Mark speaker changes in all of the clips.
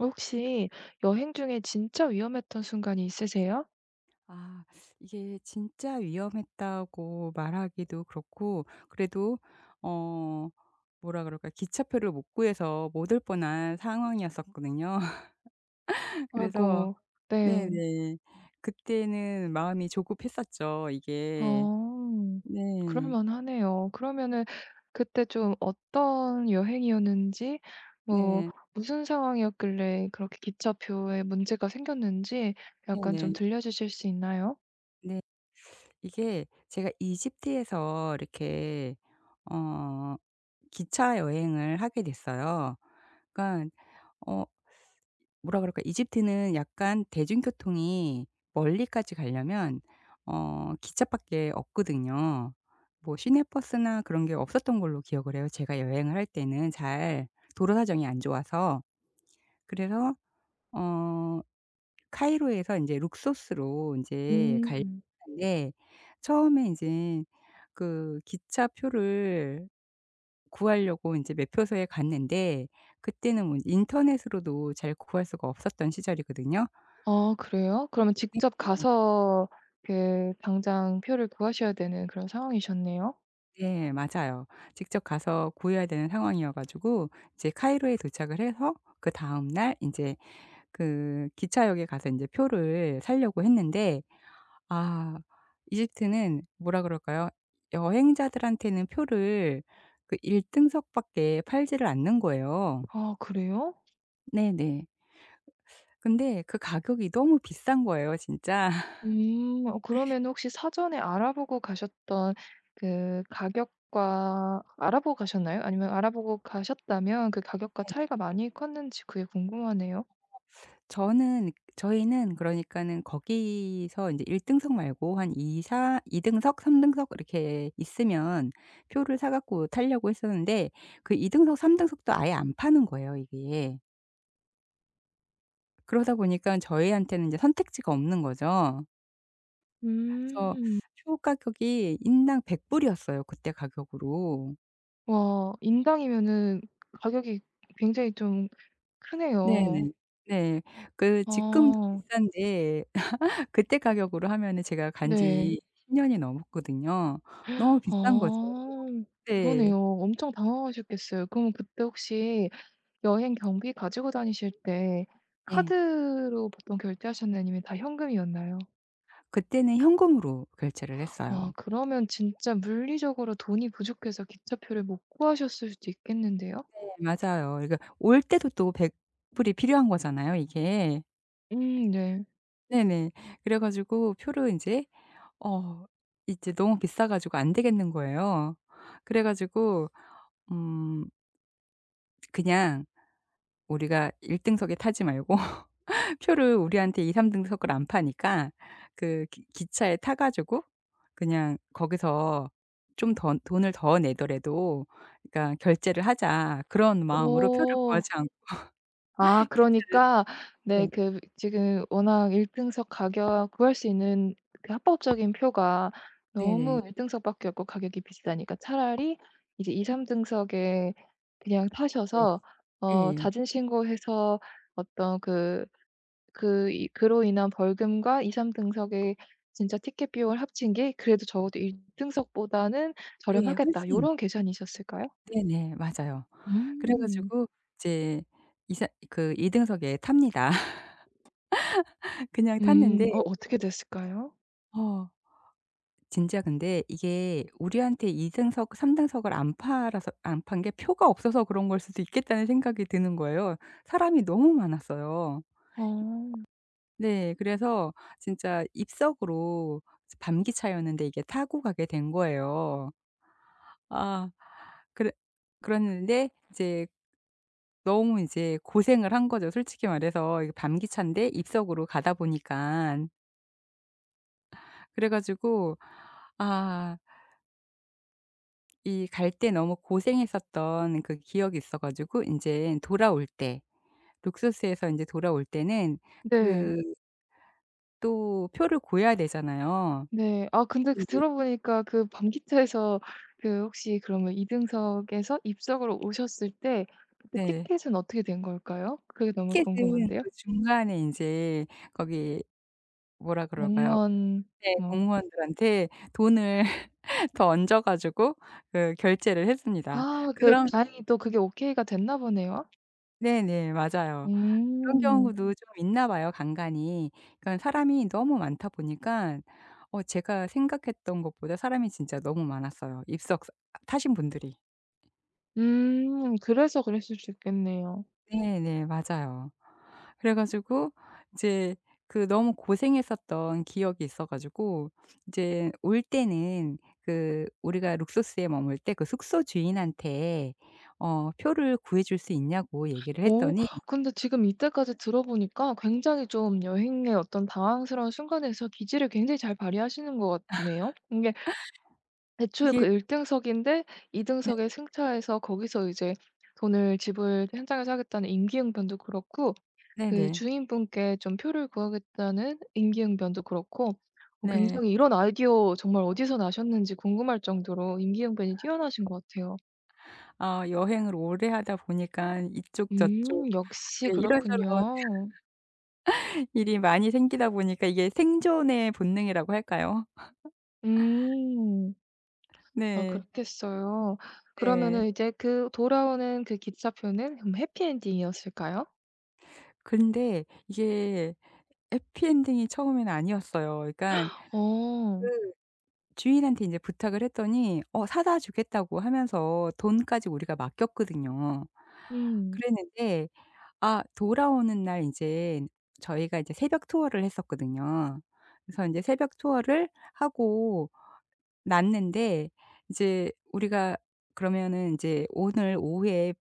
Speaker 1: 혹시 여행 중에 진짜 위험했던 순간이 있으세요?
Speaker 2: 아 이게 진짜 위험했다고 말하기도 그렇고 그래도 어 뭐라 그럴까, 기차표를 못 구해서 못 올 뻔한 상황이었었거든요. 그래서
Speaker 1: 아이고. 네.
Speaker 2: 네네. 그때는 마음이 조급했었죠 이게.
Speaker 1: 어.
Speaker 2: 네.
Speaker 1: 그럴 만하네요. 그러면은 그때 좀 어떤 여행이었는지 뭐
Speaker 2: 네.
Speaker 1: 무슨 상황이었길래 그렇게 기차표에 문제가 생겼는지 약간
Speaker 2: 네네.
Speaker 1: 좀 들려 주실 수 있나요?
Speaker 2: 네. 이게 제가 이집트에서 이렇게 어 기차 여행을 하게 됐어요. 그러니까어 뭐라 그럴까? 이집트는 약간 대중교통이 멀리까지 가려면 기차밖에 없거든요. 뭐 시내버스나 그런 게 없었던 걸로 기억을 해요. 제가 여행을 할 때는 잘 도로 사정이 안 좋아서. 그래서 어 카이로에서 인제 룩소스로 인제 가려고
Speaker 1: 음.
Speaker 2: 하는데 처음에 인제 그 기차표를 구하려고 인제 매표소에 갔는데, 그때는 뭐 인터넷으로도 잘 구할 수가 없었던 시절이거든요.
Speaker 1: 아 그래요? 그러면 직접
Speaker 2: 네네.
Speaker 1: 가서 그 당장 표를 구하셔야 되는 그런 상황이셨네요.
Speaker 2: 네 맞아요. 직접 가서 구해야 되는 상황이어 가지고 이제 카이로에 도착을 해서 그다음 날 인제 그 기차역에 가서 인제 표를 사려고 했는데 아 이집트는 뭐라 그럴까요? 여행자들한테는 표를 그 1 등석 밖에 팔지를 않는 거예요.
Speaker 1: 아 그래요?
Speaker 2: 네네. 근데 그 가격이 너무 비싼 거예요 진짜.
Speaker 1: 음. 그러면 혹시 사전에 알아보고 가셨던 그 가격과 알아보고 가셨나요? 아니면 알아보고 가셨다면 그 가격과 차이가 많이 컸는지 그게 궁금하네요.
Speaker 2: 저는 저희는 그러니까는 거기서 인제 1 등석 말고 한2사이 등석, 3 등석 이렇게 있으면 표를 사 갖고 타려고 했었는데 그 2 등석, 3 등석도 아예 안 파는 거예요 이게. 그러다 보니까 저희한테는 이제 선택지가 없는 거죠. 그래서
Speaker 1: 음.
Speaker 2: 표 가격이 인당 100 불이었어요, 그때 가격으로.
Speaker 1: 와 인당이면은 가격이 굉장히 좀 크네요.
Speaker 2: 네네. 네. 그 지금도
Speaker 1: 아
Speaker 2: 비싼데 그때 가격으로 하면은 제가 간
Speaker 1: 네.
Speaker 2: 지 10 년이 넘었거든요. 너무 비싼 거죠.
Speaker 1: 아
Speaker 2: 네.
Speaker 1: 그러네요. 엄청 당황하셨겠어요. 그럼 그때 혹시 여행 경비 가지고 다니실 때
Speaker 2: 예.
Speaker 1: 카드로 보통 결제하셨나요? 아니면 다 현금이었나요?
Speaker 2: 그때는 현금으로 결제를 했어요. 어.
Speaker 1: 와 그러면 진짜 물리적으로 돈이 부족해서 기차표를 못 구하셨을 수도 있겠는데요?
Speaker 2: 네 맞아요. 그러니까 올 때도 또 100 불이 필요한 거잖아요 이게.
Speaker 1: 네.
Speaker 2: 네네. 그래 가지고 표를 인제 어 이제 너무 비싸 가지고 안 되겠는 거예요. 그래 가지고 음 그냥 우리가 1 등석에 타지 말고, 표를 우리한테 2, 3 등석을 안 파니까 그 기 기차에 타 가지고 그냥 거기서 좀 더 돈을 더 내더라도 그러니까 결제를 하자, 그런 마음으로 표를
Speaker 1: 오,
Speaker 2: 구하지 않고
Speaker 1: 아
Speaker 2: 기차를
Speaker 1: 그러니까 네
Speaker 2: 네.
Speaker 1: 그 지금 워낙 1 등석 가격 구할 수 있는 그 합법적인 표가
Speaker 2: 네네.
Speaker 1: 너무 1 등석밖에 없고 가격이 비싸니까 차라리 이제 2-3 등석에 그냥
Speaker 2: 네.
Speaker 1: 타셔서
Speaker 2: 예예. 예.
Speaker 1: 자진 신고해서 어떤 그 그 이 그로 인한 벌금과 2-3 등석의 진짜 티켓 비용을 합친 게 그래도 적어도 1 등석보다는
Speaker 2: 예,
Speaker 1: 저렴하겠다
Speaker 2: 훨씬
Speaker 1: 요런 계산이셨을까요?
Speaker 2: 네네. 맞아요. 그래
Speaker 1: 음.
Speaker 2: 가지고 이제 2 사 그 2 등석에 탑니다. 그냥 탔는데
Speaker 1: 음. 어떻게 됐을까요?
Speaker 2: 어 진짜 근데 이게 우리한테 2 등석 3 등석을 안 팔아서, 안 판 게 표가 없어서 그런 걸 수도 있겠다는 생각이 드는 거예요. 사람이 너무 많았어요.
Speaker 1: 어.
Speaker 2: 네. 그래서 진짜 입석으로, 밤기차였는데 이게 타고 가게 된 거예요. 아 그래 그랬는데 이제 너무 이제 고생을 한 거죠, 솔직히 말해서. 이게 밤기차인데 입석으로 가다 보니깐. 그래 가지고 아 이 갈 때 너무 고생했었던 그 기억이 있어 가지고 인제 돌아올 때, 룩소스에서 인제 돌아올 때는
Speaker 1: 네.
Speaker 2: 그 또 표를 구해야 되잖아요.
Speaker 1: 네. 아 근데 그
Speaker 2: 인제
Speaker 1: 들어 보니까 그 밤기차에서 그 혹시 그러면 2 등석에서 입석으로 오셨을 때 그때
Speaker 2: 네.
Speaker 1: 티켓은 어떻게 된 걸까요? 그게 너무
Speaker 2: 티켓은
Speaker 1: 궁금한데요.
Speaker 2: 그 중간에 인제 거기 뭐라 그럴까요?
Speaker 1: 공무원
Speaker 2: 네.
Speaker 1: 뭐
Speaker 2: 공무원들한테 돈을 더 얹어 가지고 그 결제를 했습니다.
Speaker 1: 아 그
Speaker 2: 그럼
Speaker 1: 다행히 또 그게 오케이가 됐나 보네요.
Speaker 2: 네네. 맞아요. 그런
Speaker 1: 음.
Speaker 2: 경우도 좀 있나 봐요 간간이. 그러니까 사람이 너무 많다 보니까 제가 생각했던 것보다 사람이 진짜 너무 많았어요, 입석 사 타신 분들이.
Speaker 1: 그래서 그랬을 수 있겠네요.
Speaker 2: 네네. 맞아요. 그래 가지고 이제 그 너무 고생했었던 기억이 있어 가지고 이제 올 때는 그 우리가 룩소스에 머물 때 그 숙소 주인한테 표를 구해 줄 수 있냐고 얘기를
Speaker 1: 오
Speaker 2: 했더니
Speaker 1: 근데 지금 이때까지 들어보니까 굉장히 좀 여행의 어떤 당황스러운 순간에서 기지를 굉장히 잘 발휘하시는 것 같네요. 이게 애초에
Speaker 2: 이게
Speaker 1: 그 1 등석인데 2
Speaker 2: 네.
Speaker 1: 등석에 승차해서 거기서 이제 돈을 지불 현장에서 하겠다는 임기응변도 그렇고 그
Speaker 2: 네네.
Speaker 1: 주인분께 좀 표를 구하겠다는 임기응변도 그렇고
Speaker 2: 네.
Speaker 1: 굉장히 이런 아이디어 정말 어디서 나셨는지 궁금할 정도로 임기응변이 뛰어나신 것 같아요.
Speaker 2: 여행을 오래 하다 보니까 이쪽 저쪽
Speaker 1: 역시
Speaker 2: 네 이런저런
Speaker 1: 그렇군요.
Speaker 2: 일이 많이 생기다 보니까 이게 생존의 본능이라고 할까요?
Speaker 1: 음. 아
Speaker 2: 네.
Speaker 1: 그렇겠어요.
Speaker 2: 네.
Speaker 1: 그러면은 이제 그 돌아오는 그 기차표는 그럼 해피엔딩이었을까요?
Speaker 2: 근데 이게 해피엔딩이 처음에는 아니었어요. 그러니까
Speaker 1: 어.
Speaker 2: 그 주인한테 이제 부탁을 했더니 사다 주겠다고 하면서 돈까지 우리가 맡겼거든요.
Speaker 1: 음.
Speaker 2: 그랬는데 돌아오는 날 이제 저희가 이제 새벽 투어를 했었거든요. 그래서 이제 새벽 투어를 하고 났는데 이제 우리가 그러면은 이제 오늘 오후에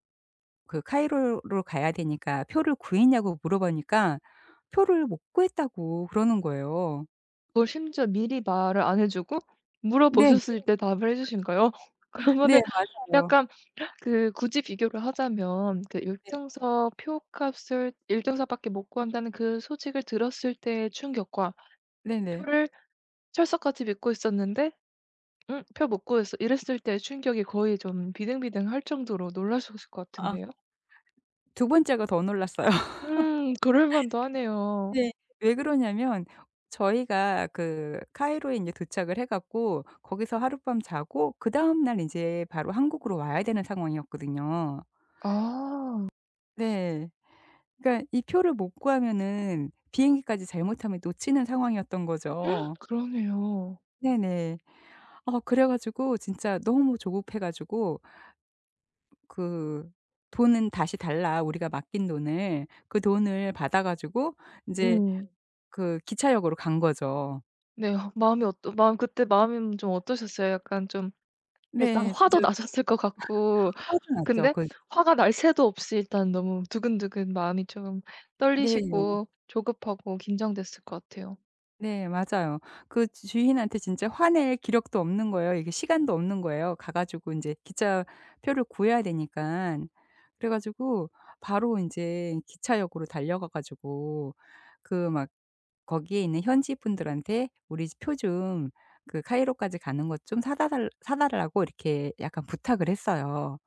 Speaker 2: 그 카이로로 가야 되니까 "표를 구했냐?"고 물어보니까 "표를 못 구했다."고 그러는 거예요.
Speaker 1: 그걸 심지어 미리 말을 안 해 주고
Speaker 2: 네네.
Speaker 1: 물어보셨을 때 답을 해 주신 거예요?
Speaker 2: 네
Speaker 1: 그러면은
Speaker 2: 맞아요.
Speaker 1: 약간 그 굳이 비교를 하자면 그
Speaker 2: 네.
Speaker 1: "일등석 표값을 일등석밖에 못 구한다."는 그 소식을 들었을 때의 충격과
Speaker 2: 네네.
Speaker 1: 표를 철석같이 믿고 있었는데 표 못 구했어 이랬을 때 충격이 거의 좀 비등비등할 정도로 놀라셨을 것 같은데요?
Speaker 2: 아 두 번째가 더 놀랐어요.
Speaker 1: 그럴 만도 하네요.
Speaker 2: 네. 왜 그러냐면 저희가 그 카이로에 인제 도착을 해 갖고 거기서 하룻밤 자고 그다음 날 인제 바로 한국으로 와야 되는 상황이었거든요.
Speaker 1: 아
Speaker 2: 네. 그러니까 이 표를 못 구하면은 비행기까지 잘못하면 놓치는 상황이었던 거죠.
Speaker 1: 그러네요.
Speaker 2: 네네. 그래 가지고 진짜 너무 조급해 가지고 그 "돈은 다시 달라. 우리가 맡긴 돈을." 그 돈을 받아 가지고 인제
Speaker 1: 음.
Speaker 2: 그 기차역으로 간 거죠.
Speaker 1: 네. 어, 마음 그때 마음이 좀 어떠셨어요? 약간 좀 일단
Speaker 2: 네.
Speaker 1: 화도
Speaker 2: 진짜
Speaker 1: 나셨을 것 같고
Speaker 2: 화도 났죠.
Speaker 1: 근데
Speaker 2: 그
Speaker 1: 화가 날 새도 없이 일단 너무 두근두근 마음이 좀
Speaker 2: 네.
Speaker 1: 떨리시고 조급하고 긴장됐을 것 같아요.
Speaker 2: 네 맞아요. 그 지 주인한테 진짜 화낼 기력도 없는 거예요. 이게 시간도 없는 거예요. 가 가지고 이제 기차표를 구해야 되니까 그래 가지고 바로 이제 기차역으로 달려가 가지고 그 막 거기에 있는 현지 분들한테 "우리 표 좀 그 카이로까지 가는 것 좀 사다 달 사달라고." 이렇게 약간 부탁을 했어요.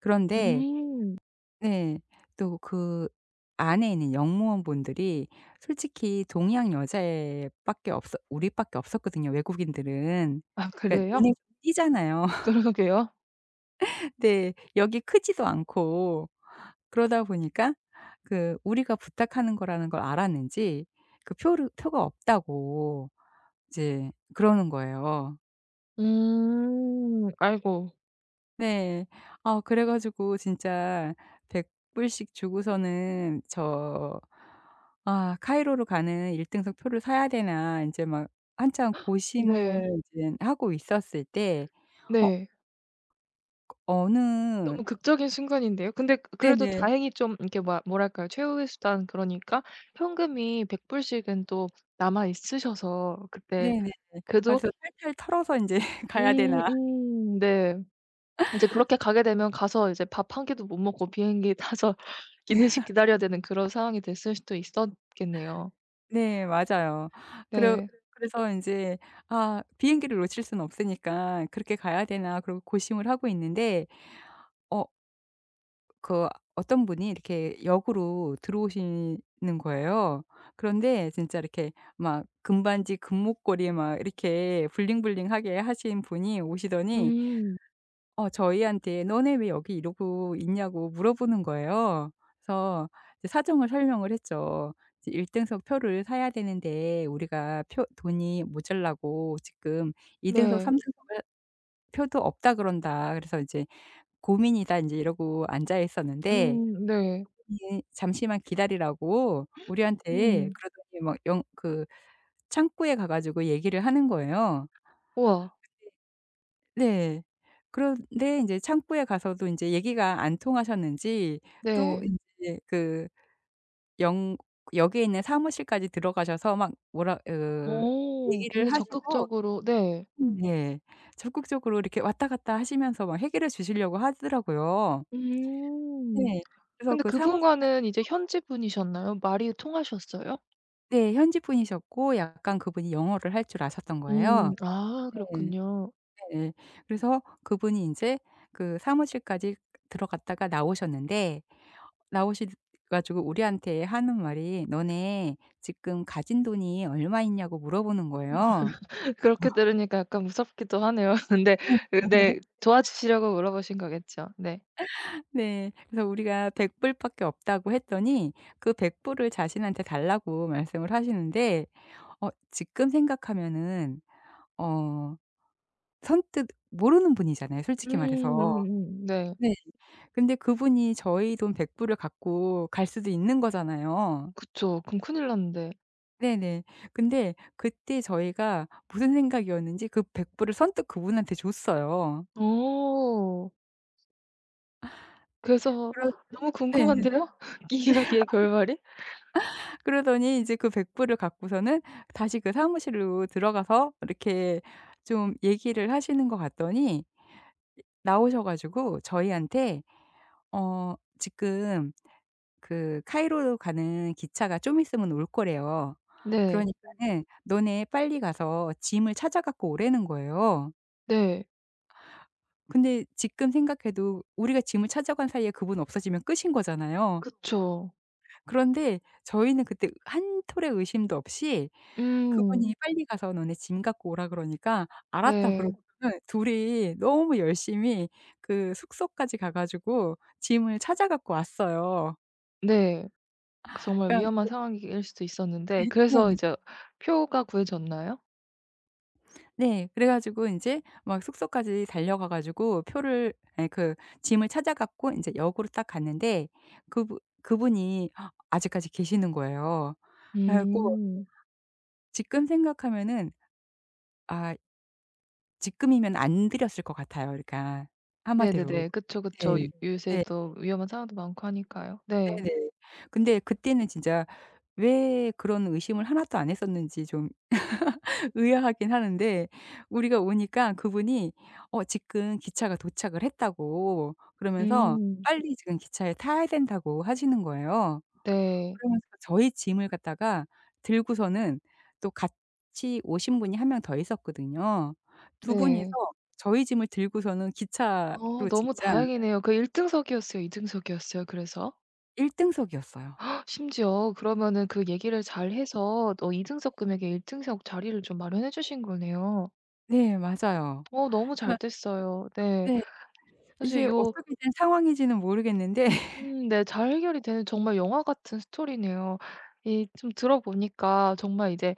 Speaker 2: 그런데
Speaker 1: 음.
Speaker 2: 네. 또 그 안에 있는 영무원분들이, 솔직히 동양 여자애 밖에 없었 우리 밖에 없었거든요, 외국인들은.
Speaker 1: 아
Speaker 2: 그러니까 눈에
Speaker 1: 그래요?
Speaker 2: 띄잖아요.
Speaker 1: 그러게요.
Speaker 2: 네. 여기 크지도 않고. 그러다 보니까 그 우리가 부탁하는 거라는 걸 알았는지 그 표를 표가 없다고 이제 그러는 거예요.
Speaker 1: 음. 아이고.
Speaker 2: 네. 그래 가지고 진짜 100 불씩 주고서는 저 '아 카이로로 가는 1 등석 표를 사야 되나.' 인제 막 한참
Speaker 1: 네.
Speaker 2: 고심을 인 하고 있었을 때 어
Speaker 1: 네.
Speaker 2: 어느
Speaker 1: 너무 극적인 순간인데요. 근데 그래도
Speaker 2: 네네.
Speaker 1: 다행히 좀 이렇게 뭐 뭐랄까요. 최후의 수단 그러니까 현금이 100 불씩은 또 남아 있으셔서 그때
Speaker 2: 네네. 아
Speaker 1: 그래도
Speaker 2: 그래서 탈탈 털어서 인제 가야
Speaker 1: 음
Speaker 2: 되나.
Speaker 1: 네. 이제 그렇게 가게 되면 가서 이제 밥 한 끼도 못 먹고 비행기 타서 기내식 기다려야 되는 그런 상황이 됐을 수도 있었겠네요.
Speaker 2: 네 맞아요. 그래
Speaker 1: 네.
Speaker 2: 그래서 인제 비행기를 놓칠 수는 없으니까 '그렇게 가야 되나.' 그러고 고심을 하고 있는데 어 그 어떤 분이 이렇게 역으로 들어오시는 거예요. 그런데 진짜 이렇게 막 금반지 금목걸이 막 이렇게 블링블링하게 하신 분이 오시더니
Speaker 1: 음.
Speaker 2: 저희한테 "너네 왜 여기 이러고 있냐."고 물어보는 거예요. 그래서 이제 사정을 설명을 했죠. 이제 1 등석 표를 사야 되는데 우리가 표 돈이 모자라고 지금 2 등석
Speaker 1: 네.
Speaker 2: 3 등석을 표도 없다 그런다. 그래서 이제 "고민이다." 인제 이러고 앉아 있었는데
Speaker 1: 네.
Speaker 2: 예. 잠시만 기다리라고 우리한테
Speaker 1: 음.
Speaker 2: 그러더니 막 영 그 창구에 가 가지고 얘기를 하는 거예요.
Speaker 1: 우와.
Speaker 2: 네. 그런데 인제 창구에 가서도 인제 얘기가 안 통하셨는지 또
Speaker 1: 네.
Speaker 2: 인제 그 영 역에 있는 사무실까지 들어가셔서 막 뭐라 으
Speaker 1: 오
Speaker 2: 얘기를
Speaker 1: 굉장히
Speaker 2: 하시고
Speaker 1: 적극적으로 네.
Speaker 2: 네. 적극적으로 이렇게 왔다 갔다 하시면서 막 해결해 주시려고 하더라고요.
Speaker 1: 음.
Speaker 2: 네. 그래서
Speaker 1: 근데
Speaker 2: 그 사무실까지
Speaker 1: 그분과는 이제 현지 분이셨나요? 말이 통하셨어요?
Speaker 2: 네. 현지 분이셨고 약간 그분이 영어를 할 줄 아셨던 거예요.
Speaker 1: 음. 아
Speaker 2: 네.
Speaker 1: 그렇군요.
Speaker 2: 네네. 그래서 그분이 인제 그 사무실까지 들어갔다가 나오셨는데 나오시 가지고 우리한테 하는 말이 "너네 지금 가진 돈이 얼마 있냐."고 물어보는 거예요.
Speaker 1: 그렇게 들으니까 약간 무섭기도 하네요. 근데
Speaker 2: 네.
Speaker 1: 그, 네. 도와주시려고 물어보신 거겠죠? 네.
Speaker 2: 네. 그래서 우리가 100 불밖에 없다고 했더니 그 100 불을 자신한테 달라고 말씀을 하시는데 지금 생각하면은 어 선뜻, 모르는 분이잖아요, 솔직히 말해서.
Speaker 1: 네.
Speaker 2: 네. 근데 그분이 저희 돈 100 불을 갖고 갈 수도 있는 거잖아요.
Speaker 1: 그쵸. 그럼 큰일 났는데.
Speaker 2: 네네. 근데 그때 저희가 무슨 생각이었는지 그 100 불을 선뜻 그분한테 줬어요.
Speaker 1: 어. 그래서
Speaker 2: 그러
Speaker 1: 너무
Speaker 2: 네.
Speaker 1: 궁금한데요? 이 이야기의 결말이?
Speaker 2: 그러더니 이제 그 100 불을 갖고서는 다시 그 사무실로 들어가서 이렇게 좀 얘기를 하시는 것 같더니 나오셔 가지고 저희한테 지금" 그 카이로로 가는 기차가 좀 있으면 올 거래요.
Speaker 1: 네.
Speaker 2: 그러니까는 "너네 빨리 가서 짐을 찾아 갖고 오라는 거예요."
Speaker 1: 네.
Speaker 2: 근데 지금 생각해도 우리가 짐을 찾아간 사이에 그분 없어지면 끝인 거잖아요.
Speaker 1: 그쵸.
Speaker 2: 그런데 저희는 그때 한 톨의 의심도 없이
Speaker 1: 음.
Speaker 2: 그분이 "빨리 가서 너네 짐 갖고 오라." 그러니까 "알았다."
Speaker 1: 네.
Speaker 2: 그러고서는 둘이 너무 열심히 그 숙소까지 가 가지고 짐을 찾아 갖고 왔어요.
Speaker 1: 네. 그 정말
Speaker 2: 그러니까
Speaker 1: 위험한 상황일 수도 있었는데
Speaker 2: 예
Speaker 1: 그래서
Speaker 2: 네네.
Speaker 1: 이제 표가 구해졌나요?
Speaker 2: 네. 그래 가지고 인제 막 숙소까지 달려가 가지고 표를 아니 그 짐을 찾아 갖고 인제 역으로 딱 갔는데 그분 그분이 아직까지 계시는 거예요. 그래 갖고
Speaker 1: 음.
Speaker 2: 지금 생각하면은 아 지금이면 안 드렸을 것 같아요. 그러니까 한마디로.
Speaker 1: 네네네. 그쵸, 그쵸. 요
Speaker 2: 네.
Speaker 1: 요새
Speaker 2: 네.
Speaker 1: 또 위험한 상황도 많고 하니까요. 네.
Speaker 2: 네네. 근데 그때는 진짜 왜 그런 의심을 하나도 안 했었는지 좀 의아하긴 하는데, 우리가 오니까 그분이 "지금 기차가 도착을 했다."고 그러면서
Speaker 1: 음.
Speaker 2: "빨리 지금 기차에 타야 된다."고 하시는 거예요.
Speaker 1: 네.
Speaker 2: 그러면서 저희 짐을 갖다가 들고서는, 또 같이 오신 분이 한 명 더 있었거든요. 두 분이서
Speaker 1: 네.
Speaker 2: 저희 짐을 들고서는 기차로
Speaker 1: 너무
Speaker 2: 진짜
Speaker 1: 다행이네요. 그 1 등석이었어요? 2 등석이었어요 그래서?
Speaker 2: 1 등석이었어요.
Speaker 1: 심지어 그러면은 그 얘기를 잘 해서 2 등석 금액에 1 등석 자리를 좀 마련해 주신 거네요.
Speaker 2: 네 맞아요.
Speaker 1: 너무 잘
Speaker 2: 그러니까
Speaker 1: 됐어요. 네.
Speaker 2: 네 이게
Speaker 1: 사실 요
Speaker 2: 어떻게 된 상황인지는 모르겠는데
Speaker 1: 네 잘 해결이 되는 정말 영화 같은 스토리네요. 이 좀 들어 보니까 정말 이제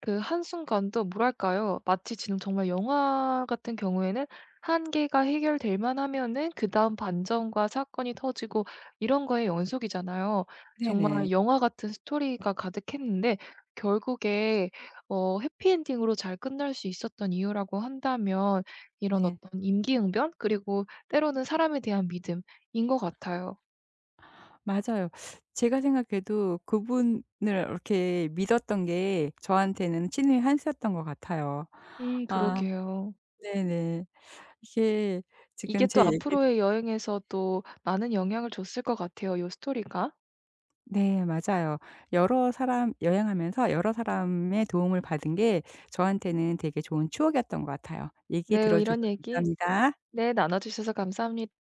Speaker 1: 그 한순간도 뭐랄까요? 마치 지금 정말 영화 같은 경우에는 한 개가 해결될 만하면은 그다음 반전과 사건이 터지고 이런 거의 연속이잖아요.
Speaker 2: 네네.
Speaker 1: 정말 영화 같은 스토리가 가득했는데 결국에 해피엔딩으로 잘 끝날 수 있었던 이유라고 한다면 이런
Speaker 2: 네.
Speaker 1: 어떤 임기응변 그리고 때로는 사람에 대한 믿음인 것 같아요.
Speaker 2: 맞아요. 제가 생각해도 그분을 이렇게 믿었던 게 저한테는 친의 한 수였던 것 같아요. 아. 아
Speaker 1: 그러게요.
Speaker 2: 네네. 이게
Speaker 1: 이게
Speaker 2: 지금 제
Speaker 1: 또
Speaker 2: 얘기
Speaker 1: 앞으로의 여행에서 또 많은 영향을 줬을 것 같아요, 요 스토리가.
Speaker 2: 네 맞아요. 여러 사람 여행하면서 여러 사람의 도움을 받은 게 저한테는 되게 좋은 추억이었던 것 같아요. 얘기
Speaker 1: 네, 뭐
Speaker 2: 들어 주셔서
Speaker 1: 이런 얘기
Speaker 2: 감사합니다.
Speaker 1: 네, 나눠주셔서 감사합니다.